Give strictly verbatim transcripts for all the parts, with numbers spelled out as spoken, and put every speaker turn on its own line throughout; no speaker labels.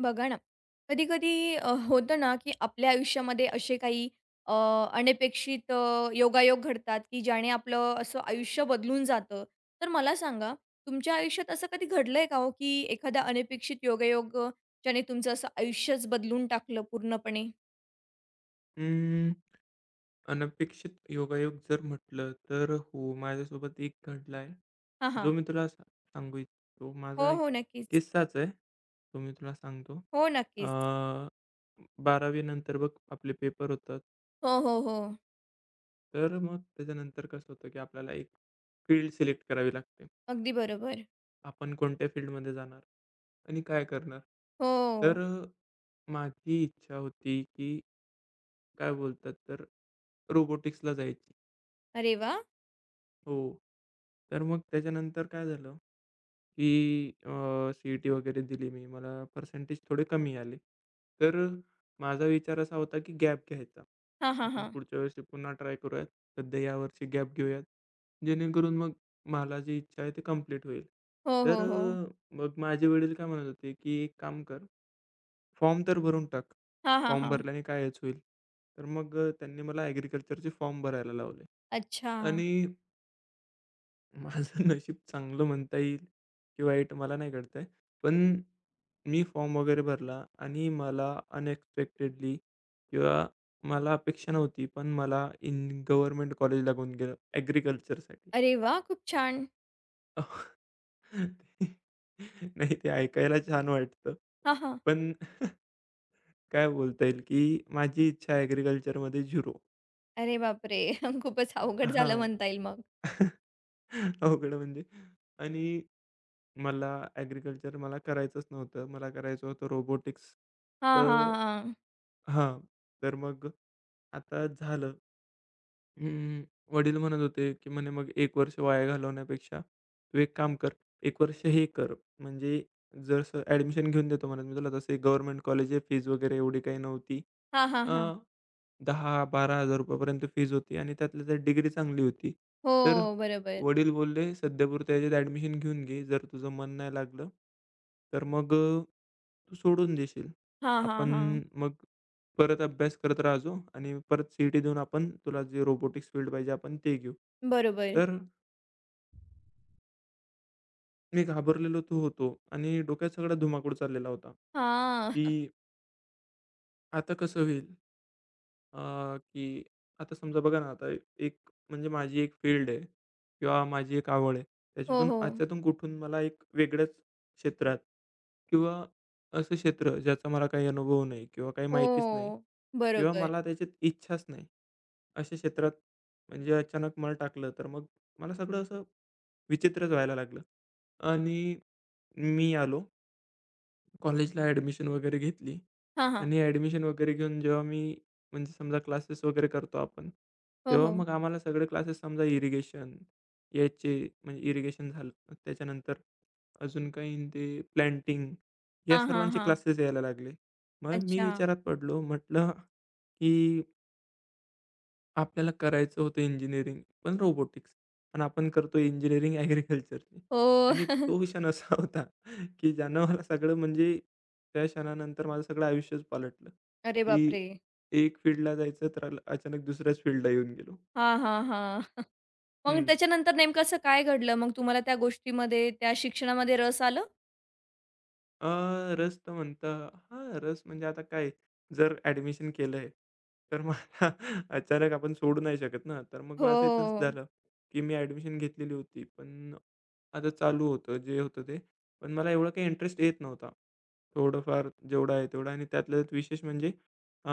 बघा ना, कधी-कधी अ, होतं ना, की आपल्या आयुष्यामध्ये असे काही अ, अनपेक्षित अ, योगायोग घडतात, की ज्याने आपलं असं आयुष्य बदलून जातं. तर मला सांगा, तुमच्या आयुष्यात असं कधी घडलंय का हो, की एखादा अनपेक्षित योगायोग अ, ज्याने तुमचं असं आयुष्यच बदलून टाकलं पूर्णपणे?
अं, अनपेक्षित योगायोग जर म्हटलं तर हो, माझ्यासोबत एक घडला आहे,
हां, हां.
जो मी तुला सा सांगू इच्छितो. माझा
हो,
एक
हो. नक्कीच.
किस्साच आहे, तो मी तुला सांगतो.
हो, नक्कीच.
अ, बारावी नंतर बघ आपले पेपर होतात,
हो, हो, हो.
तर मग त्याच्यानंतर कसं होतं, की आपल्याला एक फील्ड सिलेक्ट करावी लागते.
अगदी बरोबर.
आपण कोणत्या फील्डमध्ये जाणार आणि काय करणार? तर
हो.
अ, माझी इच्छा होती, की काय बोलतात तर रोबोटिक्सला जायची.
अरे वाह!
हो. तर मग त्याच्यानंतर काय झालं, की अ, सी ई टी वगैरे दिली मी. मला पर्सेंटेज थोडे कमी आले. तर अ, माझा विचार असा होता, की गॅप घ्यायचा.
हां, हां,
आपण
हां.
पुढच्या वेळेस पुन्हा ट्राय करूयात. सध्या यावर्षी गॅप घेऊयात. जेणेकरून मग मला जी इच्छा आहे, ती कंप्लीट होईल.
हो,
तर
हो, हो.
अ, मग माझे वडील काय म्हणत होते, की "एक काम कर, फॉर्म तर भरून टाक.
हां, हां,
फॉर्म
हां.
भरल्याने काय होईल." तर मग अ, त्यांनी मला ॲग्रीकल्चरचे फॉर्म भरायला लावले
अच्छा.
आणि माझं नशीब चांगलं म्हणता येईल की वाईट मला नाही कळत आहे. पण मी फॉर्म वगैरे भरला आणि मला अनएक्सपेक्टेडली किंवा मला अपेक्षा नव्हती, पण मला इन गव्हर्नमेंट कॉलेज लागून गेलं ॲग्रीकल्चरसाठी.
अरे वाह! खूप छान.
नाही ते ऐकायला छान वाटतं.
हां, हां.
पण काय बोलता येईल की माझी इच्छा ॲग्रीकल्चरमध्ये शून्य
अरे बापरे! खूपच अवघड झालं
हां.
म्हणता येईल मग.
अवघड म्हणजे आणि मला ॲग्रीकल्चर मला करायचंच नव्हतं. मला करायचं होतं रोबोटिक्स.
हां,
तर
हां, हां.
हां, तर मग आता झालं. अं, वडील म्हणत होते, की म्हणे, "मग एक वर्ष वाया घालवण्यापेक्षा तू एक काम कर, एक वर्ष हे कर, म्हणजे जसं ॲडमिशन घेऊन देतो" म्हणत मी तुला, तसे गव्हर्नमेंट कॉलेज फीज वगैरे एवढी काही नव्हती.
हां, हां, हां.
₹दहा हजार-बारा हजार पर्यंत फीज होती आणि त्यातल्या त्यात डिग्री चांगली होती. तर
हो, बरोबर.
वडील बोलले, "सध्यापुरतं याच्यात ॲडमिशन घेऊन घे. जर तुझं मन नाही लागलं, तर मग अ, तू सोडून देशील.
हां, हां,
आपण
हां.
मग परत अभ्यास करत राहायचो आणि परत सी टी देऊन आपण तुला जे रोबोटिक्स फील्ड पाहिजे आपण ते घेऊ."
बरोबर.
तर मी घाबरलेलो तो होतो आणि डोक्यात सगळा धुमाकूळ चाललेला होता,
हां.
की आता कसं होईल? अ, की आता समजा बघा ना, आता एक म्हणजे माझी एक फील्ड आहे किंवा माझी एक आवड आहे.
हो,
त्याच्यातून
हो.
याच्यातून कुठून मला एक वेगळ्याच क्षेत्रात किंवा असं क्षेत्र ज्याचा मला काही अनुभव नाही किंवा काही माहितीच नाही
हो,
किंवा
बरोबर.
मला त्याच्यात इच्छाच नाही, अशा क्षेत्रात म्हणजे अचानक मला टाकलं, तर मग मला सगळं असं विचित्रच व्हायला लागलं आणि मी आलो कॉलेजला ॲडमिशन वगैरे घेतली
हां, हां.
आणि ॲडमिशन वगैरे घेऊन जेव्हा मी म्हणजे समजा क्लासेस वगैरे करतो आपण,
हो,
तेव्हा
हो.
मग आम्हाला सगळे क्लासेस समजा इरिगेशन याचे म्हणजे इरिगेशन झालं, त्याच्यानंतर अजून काही ते प्लॅन्टिंग या
हां, हां,
सर्वांचे
हां.
क्लासेस यायला लागले. मग मी
अच्छा.
विचारात पडलो, म्हटलं की आपल्याला करायचं होतं इंजिनिअरिंग, पण रोबोटिक्स. आणि आपण करतोय इंजिनिअरिंग ॲग्रीकल्चरची.
हो.
आणि तो क्षण असा होता, की ज्यानं मला सगळं म्हणजे त्या क्षणानंतर माझं सगळं आयुष्यच पालटलं,
अरे
की
बापरे!
एक फील्डला जायचं तर अल- अचानक दुसऱ्याच फील्डला येऊन गेलो.
हां, हां, हां. मग
हं.
त्याच्यानंतर नेमकं असं काय घडलं? मग तुम्हाला त्या गोष्टीमध्ये, त्या शिक्षणामध्ये रस आलं?
अ, रस तर म्हणता हां, रस म्हणजे आता काय, जर ॲडमिशन केलंय, तर मग आता अचानक आपण सोडू नाही शकत ना. तर मग
हो.
माझं तसंच झालं, की मी ॲडमिशन घेतलेली होती. पण आता चालू होतं, जे होतं ते. पण मला एवढा काही इंटरेस्ट येत नव्हता. थोडंफार जेवढा आहे तेवढा आणि त्यातल्या त्यात विशेष म्हणजे अ,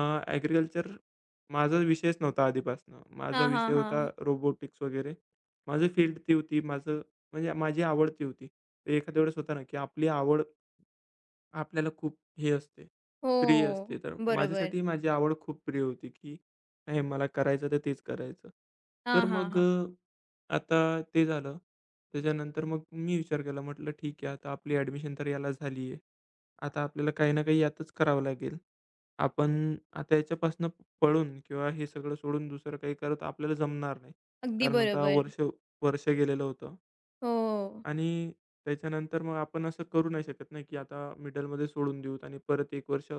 माझा विषयच नव्हता आधीपासनं. माझा
हां,
विषय
हां,
होता
हां.
रोबोटिक्स वगैरे. माझी फील्ड ती होती. माझं म्हणजे माझी आवड ती होती. ते एखाद्या वेळेस होतं ना, की आपली आवड आपल्याला खूप हे असते, प्रिय
हो.
असते. तर
बरोबर.
माझ्यासाठी माझी आवड खूप प्रिय होती, की नाही मला करायचं तर तेच करायचं.
हां,
तर
हां,
मग
हां.
अ, आता ते झालं. त्याच्यानंतर मग मी विचार केला म्हटलं ठीक आहे आता आपली ॲडमिशन तर याला झाली आहे. आता आपल्याला काही ना काही यातच करावं लागेल. आपण आता याच्यापासून पळून किंवा हे सगळं सोडून दुसरं काही करत आपल्याला जमणार नाही.
अगदी
कारण आता
बरोबर.
वर्ष वर्ष गेलेलं होतं.
हो.
आणि त्याच्यानंतर मग आपण असं करू नाही शकत नाही, की आता मिडलमध्ये सोडून देऊत आणि परत एक वर्ष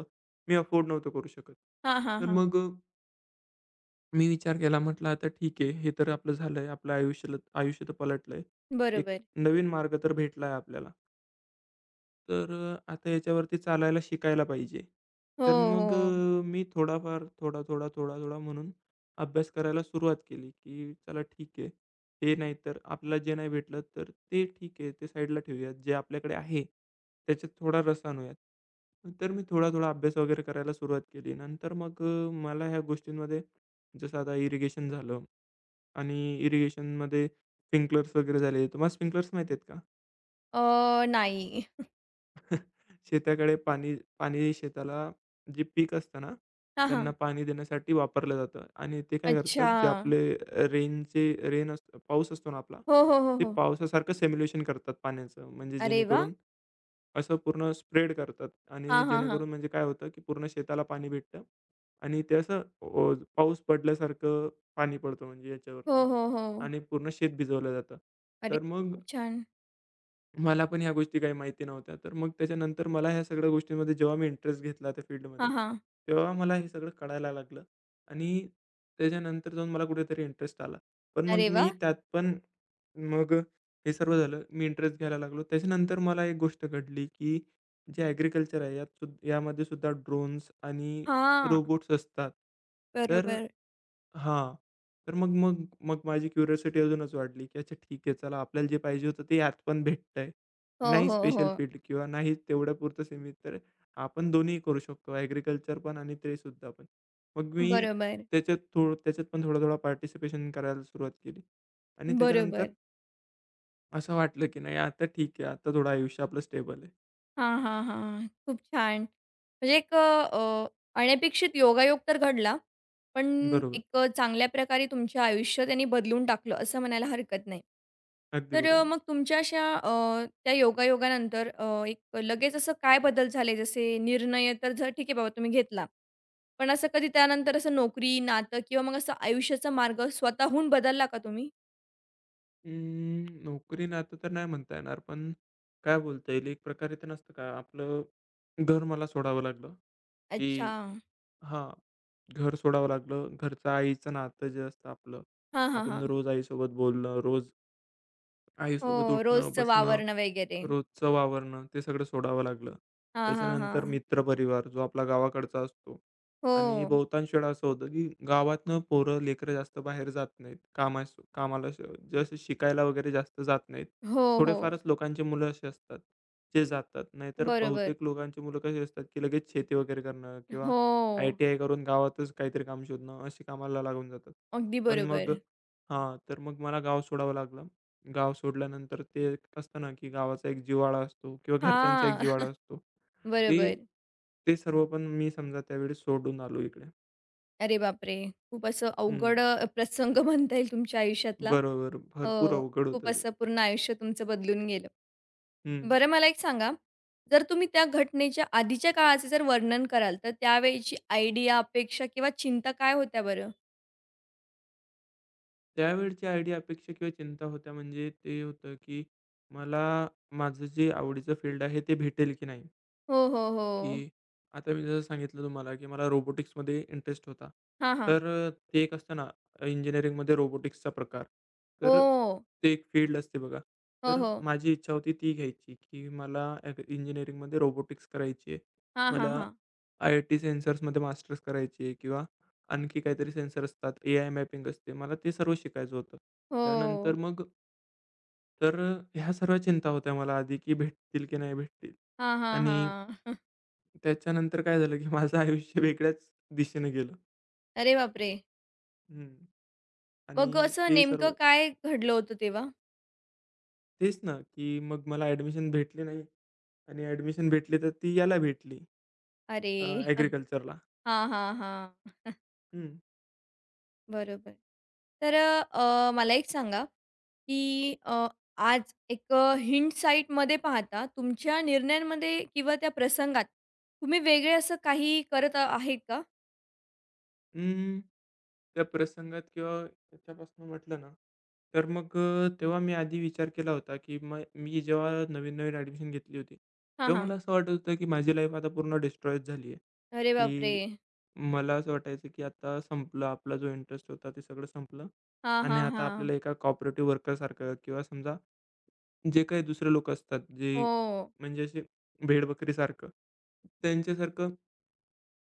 मी अफोर्ड नव्हतो करू शकत.
हां, हां,
तर
हां.
मग अ, मी विचार केला म्हटलं आता ठीक आहे, हे तर आपलं झालंय. आपलं आयुष्याला आयुष्य तर पलटलंय. एक
बरोबर.
नवीन मार्ग तर भेटला आहे आपल्याला. तर अ, आता याच्यावरती चालायला शिकायला पाहिजे.
हो,
तर मग
हो.
अ, मी थोडाफार, थोडा, थोडा, थोडा, थोडा म्हणून अभ्यास करायला सुरुवात केली, की चला ठीक आहे. हे नाही तर आपल्याला जे नाही भेटलं तर ते ठीक आहे, ते साईडला ठेवूयात. जे आपल्याकडे आहे त्याच्यात थोडा रस आणूयात. तर मी थोडा-थोडा अभ्यास वगैरे करायला सुरुवात केली. नंतर मग अ, मला ह्या गोष्टींमध्ये जसं आता इरिगेशन झालं आणि इरिगेशनमध्ये स्प्रिंकलर्स वगैरे झाले. तुम्हाला स्प्रिंकलर्स माहिती आहेत का?
अ, नाही.
शेताकडे पाणी पाणी शेताला जे पीक असतं ना,
हां,
त्यांना
हां.
पाणी देण्यासाठी वापरलं जातं आणि ते काय करतात,
अच्छा.
जे आपले रेनचे रेन असतं पाऊस असतो ना आपला,
हो, हो, हो,
ते
हो.
पावसासारखं सिम्युलेशन करतात पाण्याचं. म्हणजे
अरे वाह!
जेणेकरून असं पूर्ण स्प्रेड करतात आणि
हां, हां, हां.
जेणेकरून म्हणजे काय होतं, की पूर्ण शेताला पाणी भेटतं आणि ते असं अ, पाऊस पडल्यासारखं पाणी पडतं म्हणजे
हो,
याच्यावरती
हो, हो.
आणि पूर्ण शेत भिजवलं जातं.
अरे,
तर मग
खूप छान.
मला पण ह्या गोष्टी काही माहिती नव्हत्या. तर मग त्याच्यानंतर मला ह्या सगळ्या गोष्टींमध्ये जेव्हा मी इंटरेस्ट घेतला त्या
हां,
फील्डमध्ये,
हां.
तेव्हा मला हे सगळं कळायला लागलं आणि त्याच्यानंतर जाऊन मला कुठेतरी इंटरेस्ट आला. पण मग
अरे
मी
वाह!
त्यात पण मग हे सर्व झालं. मी इंटरेस्ट घ्यायला लागलो. त्याच्यानंतर मला एक गोष्ट घडली, की जे ॲग्रीकल्चर आहे यात सुद्धा यामध्ये सुद्धा ड्रोन्स आणि
हां.
रोबोट्स असतात. तर
बरोबर.
हां. तर मग मग मग माझी क्युरिओसिटी अजूनच वाढली, की अच्छा ठीक आहे चला आपल्याला जे पाहिजे होतं ते यात पण भेटतंय.
हो,
नाही
हो, हो.
स्पेशल फील्ड किंवा नाही तेवढ्यापुरतं सीमित, तर आपण दोन्ही करू शकतो ॲग्रीकल्चर पण आणि ते सुद्धा पण. मग मी
बरोबर.
त्याच्यात थोडं त्याच्यात पण थोडा-थोडा पार्टिसिपेशन करायला सुरुवात केली आणि त्याच्यानंतर
बरोबर.
असं वाटलं, की नाही आता ठीक आहे, आता थोडं आयुष्य आपलं स्टेबल आहे.
हां, हां, हां. खूप छान. म्हणजे एक अ, अनपेक्षित योगायोग तर घडला, पण
बरोबर,
एक चांगल्या प्रकारे तुमचे आयुष्य त्यांनी बदलून टाकलं, असं म्हणायला हरकत नाही.
अगदी
तर अ,
बरोबर.
मग तुमच्या अशा अ, त्या योगायोगानंतर अ, एक लगेच असं काय बदल झाले? जसे निर्णय तर जर ठीक आहे बाबा तुम्ही घेतला, पण असं कधी त्यानंतर असं नोकरी, नातं किंवा मग असं आयुष्याचा मार्ग स्वतःहून बदलला का तुम्ही?
अं, नोकरी नातं तर नाही म्हणता येणार, पण काय बोलता येईल, एक प्रकारे ते नसतं का, आपलं घर मला सोडावं लागलं, की
अच्छा.
हां, घर सोडावं लागलं. घरचं आईचं नातं जे असतं आपलं,
हां, हां,
आपण
हां.
रोज आईसोबत बोलणं, रोज
हो,
आईसोबत उठणं,
रोजचं
बसणं,
वावरणं वगैरे.
रोजचं वावरणं ते सगळं सोडावं लागलं.
हां, हां,
त्याच्यानंतर
हां.
मित्रपरिवार जो आपला गावाकडचा असतो आणि
हो.
बहुतांश वेळा असं होतं, की गावातनं पोरं, लेकरं जास्त बाहेर जात नाहीत. कामास कामाला श जसं शिकायला वगैरे जास्त जात नाहीत.
हो, हो.
थोडेफारच लोकांची मुलं अशी असतात, जे जातात. नाहीतर
बरोबर.
बहुतेक लोकांची मुलं कशी असतात, की लगेच शेती वगैरे करणं किंवा
हो,
आय टी आय करून गावातच काहीतरी काम शोधणं, अशी कामाला लागून जातात.
अगदी
पण मग
बरोबर.
हां, तर मग मला गाव सोडावं लागलं. गाव सोडल्यानंतर ते एक असतं ना, की गावाचा एक जिव्हाळा असतो किंवा घरच्यांचा एक
हां,
जिव्हाळा असतो. ते
बरोबर.
ते सर्व पण मी समजा त्यावेळी सोडून आलो इकडे.
अरे बापरे! खूप असं अवघड
हं.
अ, प्रसंग म्हणता येईल तुमच्या आयुष्यातला.
बरोबर. भरपूर
हो,
अवघड
खूप
होतं ते.
असं पूर्ण आयुष्य तुमचं बदलून गेलं.
हं.
बरं मला एक सांगा, जर तुम्ही त्या घटनेच्या आधीच्या काळाचं जर वर्णन कराल, तर त्यावेळीची आयडिया, अपेक्षा किंवा चिंता काय होत्या बरं?
त्यावेळची आयडिया, अपेक्षा किंवा चिंता होत्या म्हणजे ते होतं, की मला माझं जे आवडीचं फील्ड आहे ते भेटेल की नाही?
हो, हो, हो.
की आता मी जसं सांगितलं तुम्हाला, की मला रोबोटिक्समध्ये इंटरेस्ट होता.
हां, हां.
तर अ, ते एक असतं ना इंजिनिअरिंगमध्ये रोबोटिक्सचा प्रकार.
हो.
तर ते एक फील्ड असते बघा.
हो,
तर
हो.
माझी इच्छा होती ती घ्यायची, की मला ॲग इंजिनिअरिंगमध्ये रोबोटिक्स करायची आहे.
हां, हां,
मला
हां.
आय आय टी सेन्सर्समध्ये मास्टर्स करायची आहे किंवा आणखी काहीतरी सेन्सर असतात, ए आय मॅपिंग असते. मला ते सर्व शिकायचं होतं. त्यानंतर
हो.
मग तर अ, ह्या सर्व चिंता होत्या मला आधी, की भेटतील की नाही भेटतील
हां, हां,
आणि
हां.
त्याच्यानंतर काय झालं, की माझं आयुष्य वेगळ्याच दिशेने गेलं.
अरे बापरे!
हं. आणि
मग असं
ते
नेमकं
सर्व
काय घडलं होतं तेव्हा?
तेच ना, की मग मला ॲडमिशन भेटली नाही आणि ॲडमिशन भेटली तर ती याला भेटली
अरे!
अ,
हां, हां, हां. बरोबर. तर अ, मला एक सांगा, की अ, आज एक अ, हिंडसाइटमध्ये पाहता तुमच्या निर्णयांमध्ये किंवा त्या प्रसंगात तुम्ही वेगळे असं काही करत आ- आहेत का?
अं, त्या प्रसंगात किंवा त्याच्यापासून म्हटलं ना, तर मग अ, तेव्हा मी आधी विचार केला होता, की मग मी जेव्हा नवीन-नवीन ॲडमिशन घेतली होती,
हां,
तेव्हा
हां.
मला असं वाटत होतं, की माझी लाईफ आता पूर्ण डिस्ट्रॉयच झाली आहे,
अरे बापरे!
की मला असं वाटायचं, की आता संपलं आपला जो इंटरेस्ट होता ते सगळं संपलं
हां,
आणि
हां,
आता
हां.
आपल्याला एका कॉपरेटिव्ह वर्करसारखं किंवा समजा जे काही दुसरे लोकं असतात, जे
हो.
म्हणजे असे भेडबकरीसारखं, त्यांच्यासारखं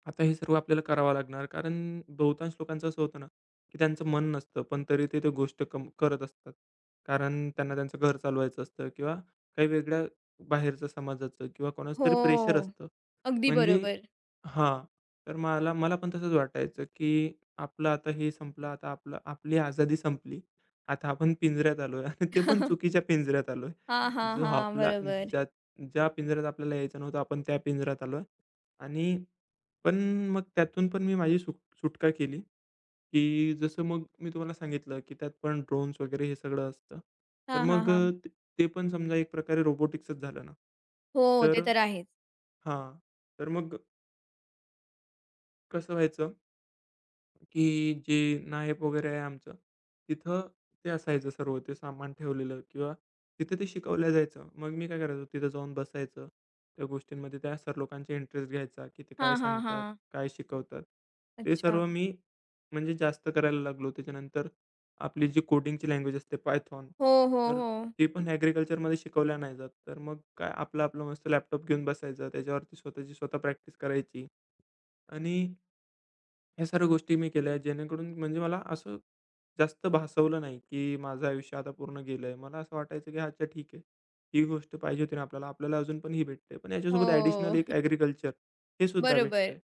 आता हे सर्व आपल्याला करावं लागणार कारण बहुतांश लोकांचं असं होतं ना, की त्यांचं मन नसतं, पण तरी ते त्या गोष्ट कम करत असतात. कारण त्यांना त्यांचं घर चालवायचं असतं किंवा काही वेगळ्या बाहेरचं समाजाचं किंवा कोणाचं
हो.
तरी प्रेशर असतं.
अगदी
म्हणजे
बरोबर.
हां, तर मला मला पण तसंच वाटायचं, की आपलं आता हे संपलं, आता आपलं आपली आझादी संपली. आता आपण पिंजऱ्यात आलोय आणि ते पण चुकीच्या पिंजऱ्यात आलोय.
हां, हां,
जो
हां.
आपला
बरोबर.
ज्या ज्या पिंजऱ्यात आपल्याला यायचं नव्हतं, आपण त्या पिंजऱ्यात आलोय आणि पण मग त्यातून पण मी माझी सुट सुटका केली, की जसं मग मी तुम्हाला सांगितलं, की त्यात पण ड्रोन्स वगैरे हे सगळं असतं. तर
हां, हां,
मग
हां.
अ, ते ते पण समजा एक प्रकारे रोबोटिक्सच झालं ना.
हो, ते
तर
तर आहेच.
हां. तर मग कसं व्हायचं की जे नायब वगैरे आहे आमचं, तिथं ते असायचं सर्व ते सामान ठेवलेलं किंवा तिथे ते शिकवलं जायचं. मग मी काय करायचो तिथं जाऊन बसायचं. त्या गोष्टींमध्ये त्या सर लोकांचा इंटरेस्ट घ्यायचा, की ते काय
हां, हां,
सांगतात,
हां.
काय शिकवतात. ते
अच्छा.
सर्व मी म्हणजे जास्त करायला लागलो. त्याच्यानंतर आपली जी कोडिंगची लँग्वेज असते पायथॉन,
हो, हो,
तर
हो.
ते पण ॲग्रीकल्चरमध्ये शिकवल्या नाही जात. तर मग काय आपलं आपलं मस्त लॅपटॉप घेऊन बसायचं, त्याच्यावरती स्वतःची स्वतः प्रॅक्टिस करायची आणि ह्या सर्व गोष्टी मी केल्या आहेत, जेणेकरून म्हणजे मला असं जास्त भासवलं नाही, की माझं आयुष्य आता पूर्ण गेलंय. मला असं वाटायचं, की अच्छा ठीक आहे. ही गोष्ट पाहिजे होती ना आपल्याला, आपल्याला अजून पण ही भेटते. पण याच्यासोबत ॲडिशनल
हो.
एक ॲग्रीकल्चर हे सुद्धा
बरोबर.
भेटतंय.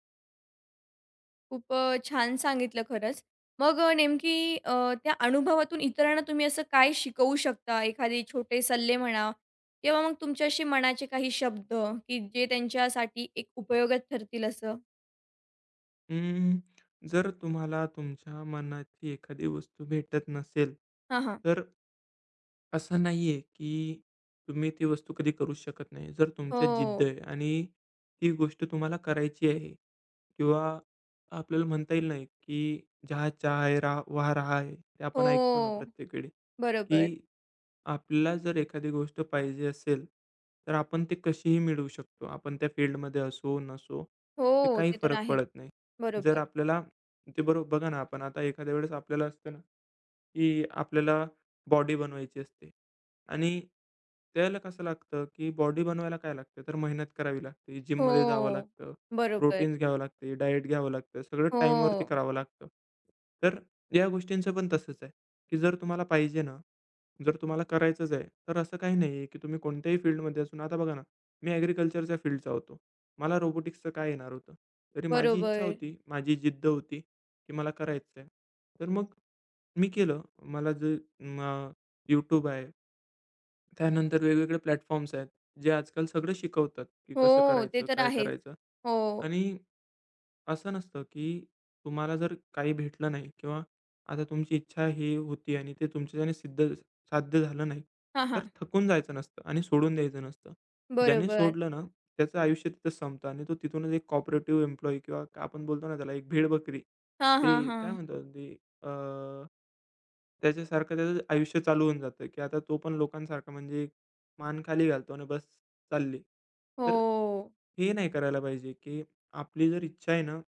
खूप अ, छान सांगितलं खरंच. मग अ, नेमकी अ, त्या अनुभवातून इतरांना तुम्ही असं काय शिकवू शकता? एखादे छोटे सल्ले म्हणा किंवा मग तुमचे असे मनाचे काही शब्द, की जे त्यांच्यासाठी एक उपयोगात ठरतील असं?
अं, जर तुम्हाला तुमच्या मनाची एखादी वस्तू भेटत नसेल,
हां, हां.
तर असं नाहीये, की तुम्ही ती वस्तू कधी करू शकत नाही. जर तुमच्यात जिद्द
हो.
आहे आणि ती गोष्ट तुम्हाला करायची आहे किंवा आपल्याला म्हणता येईल नाही, की जहाँ चाह है रहा वहा राह है. ते आपण ऐकतो ना
हो.
प्रत्येक वेळी,
बरोबर.
की आपल्याला जर एखादी गोष्ट पाहिजे असेल, तर आपण ते कशीही मिळवू शकतो. आपण त्या फील्डमध्ये असो, नसो, ते
हो,
काही
ते तर
फरक
आहेत.
पडत नाही. जर
बरोबर.
आपल्याला ते बरोबर बघा ना, आपण आता एखाद्या वेळेस आपल्याला असतं ना की आपल्याला बॉडी बनवायची असते आणि त्याला कसं लागतं, की बॉडी बनवायला काय लागतं, तर मेहनत करावी लागते, जिममध्ये जावं
हो.
लागतं,
बरोबर.
प्रोटीन्स घ्यावं लागते, डाएट घ्यावं लागतं, सगळं
हो.
टाईमवरती करावं लागतं. तर या गोष्टींचं पण तसंच आहे, की जर तुम्हाला पाहिजे ना, जर तुम्हाला करायचंच आहे, तर असं काही नाही आहे, की तुम्ही कोणत्याही फील्डमध्ये असून आता बघा ना, मी ॲग्रीकल्चरच्या फील्डचा होतो. मला रोबोटिक्सचं काय येणार होतं? तरी माझी इच्छा
बरोबर.
होती, माझी जिद्द होती, की मला करायचं आहे. तर मग मी केलं. मला जे अ, YouTube आहे, त्यानंतर वेगवेगळे प्लॅटफॉर्म्स आहेत, जे आजकाल सगळं शिकवतात, की कसं
हो, ते
करायचं,
तर
काय
आहेच.
करायचं
हो.
आणि असं नसतं, की तुम्हाला जर काही भेटलं नाही किंवा आता तुमची इच्छा ही होती आणि ते तुमच्याने सिद्ध साध्य झालं नाही,
हां,
तर
हां.
थकून जायचं नसतं आणि सोडून द्यायचं नसतं. ज्याने
बरोबर.
सोडलं ना, त्याचं आयुष्य तिथंच संपतं आणि तो तिथूनच एक कोऑपरेटिव्ह एम्प्लॉयी किंवा आपण बोलतो ना त्याला एक भेडबकरी,
हां, हां,
ते काय
हां.
म्हणतात ते त्याच्यासारखं त्याचं आयुष्य चालू होऊन जातं, की आता तो पण लोकांसारखा म्हणजे मान खाली घालतो आणि बस चालली.
हो.
तर हे नाही करायला पाहिजे, की आपली जर इच्छा आहे ना,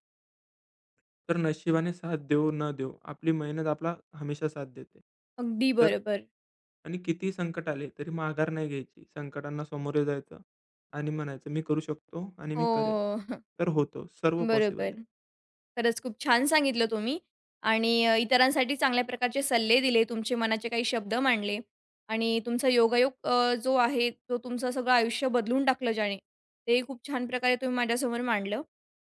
तर नशिबाने साथ देवो न देवो, आपली मेहनत आपला हमेशा साथ देते.
अगदी
तर
बरोबर.
आणि किती संकट आले तरी माघार नाही घ्यायची. संकटांना सामोरे जायचं आणि म्हणायचं, "मी करू शकतो आणि मी
हो.
करेल." तर होतं. सर्व
बरोबर.
पॉसिबल आहे.
खरंच खूप छान सांगितलं तुम्ही आणि अ, इतरांसाठी चांगल्या प्रकारचे सल्ले दिले, तुमचे मनाचे काही शब्द मांडले आणि तुमचा योगायोग अ, जो आहे, तो तुमचं सगळं आयुष्य बदलून टाकलं ज्याने, ते खूप छान प्रकारे तुम्ही माझ्यासमोर मांडलं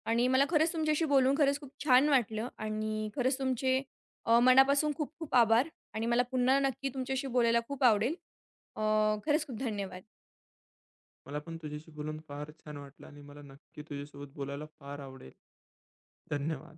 आणि मला खरंच तुमच्याशी बोलून खरंच खूप छान वाटलं आणि खरंच तुमचे अ, मनापासून खूप खूप आभार आणि मला पुन्हा नक्की तुमच्याशी बोलायला खूप आवडेल. अ, खरंच खूप धन्यवाद.
मला पण तुझ्याशी बोलून फार छान वाटलं आणि मला नक्की तुझ्यासोबत बोलायला फार आवडेल. धन्यवाद.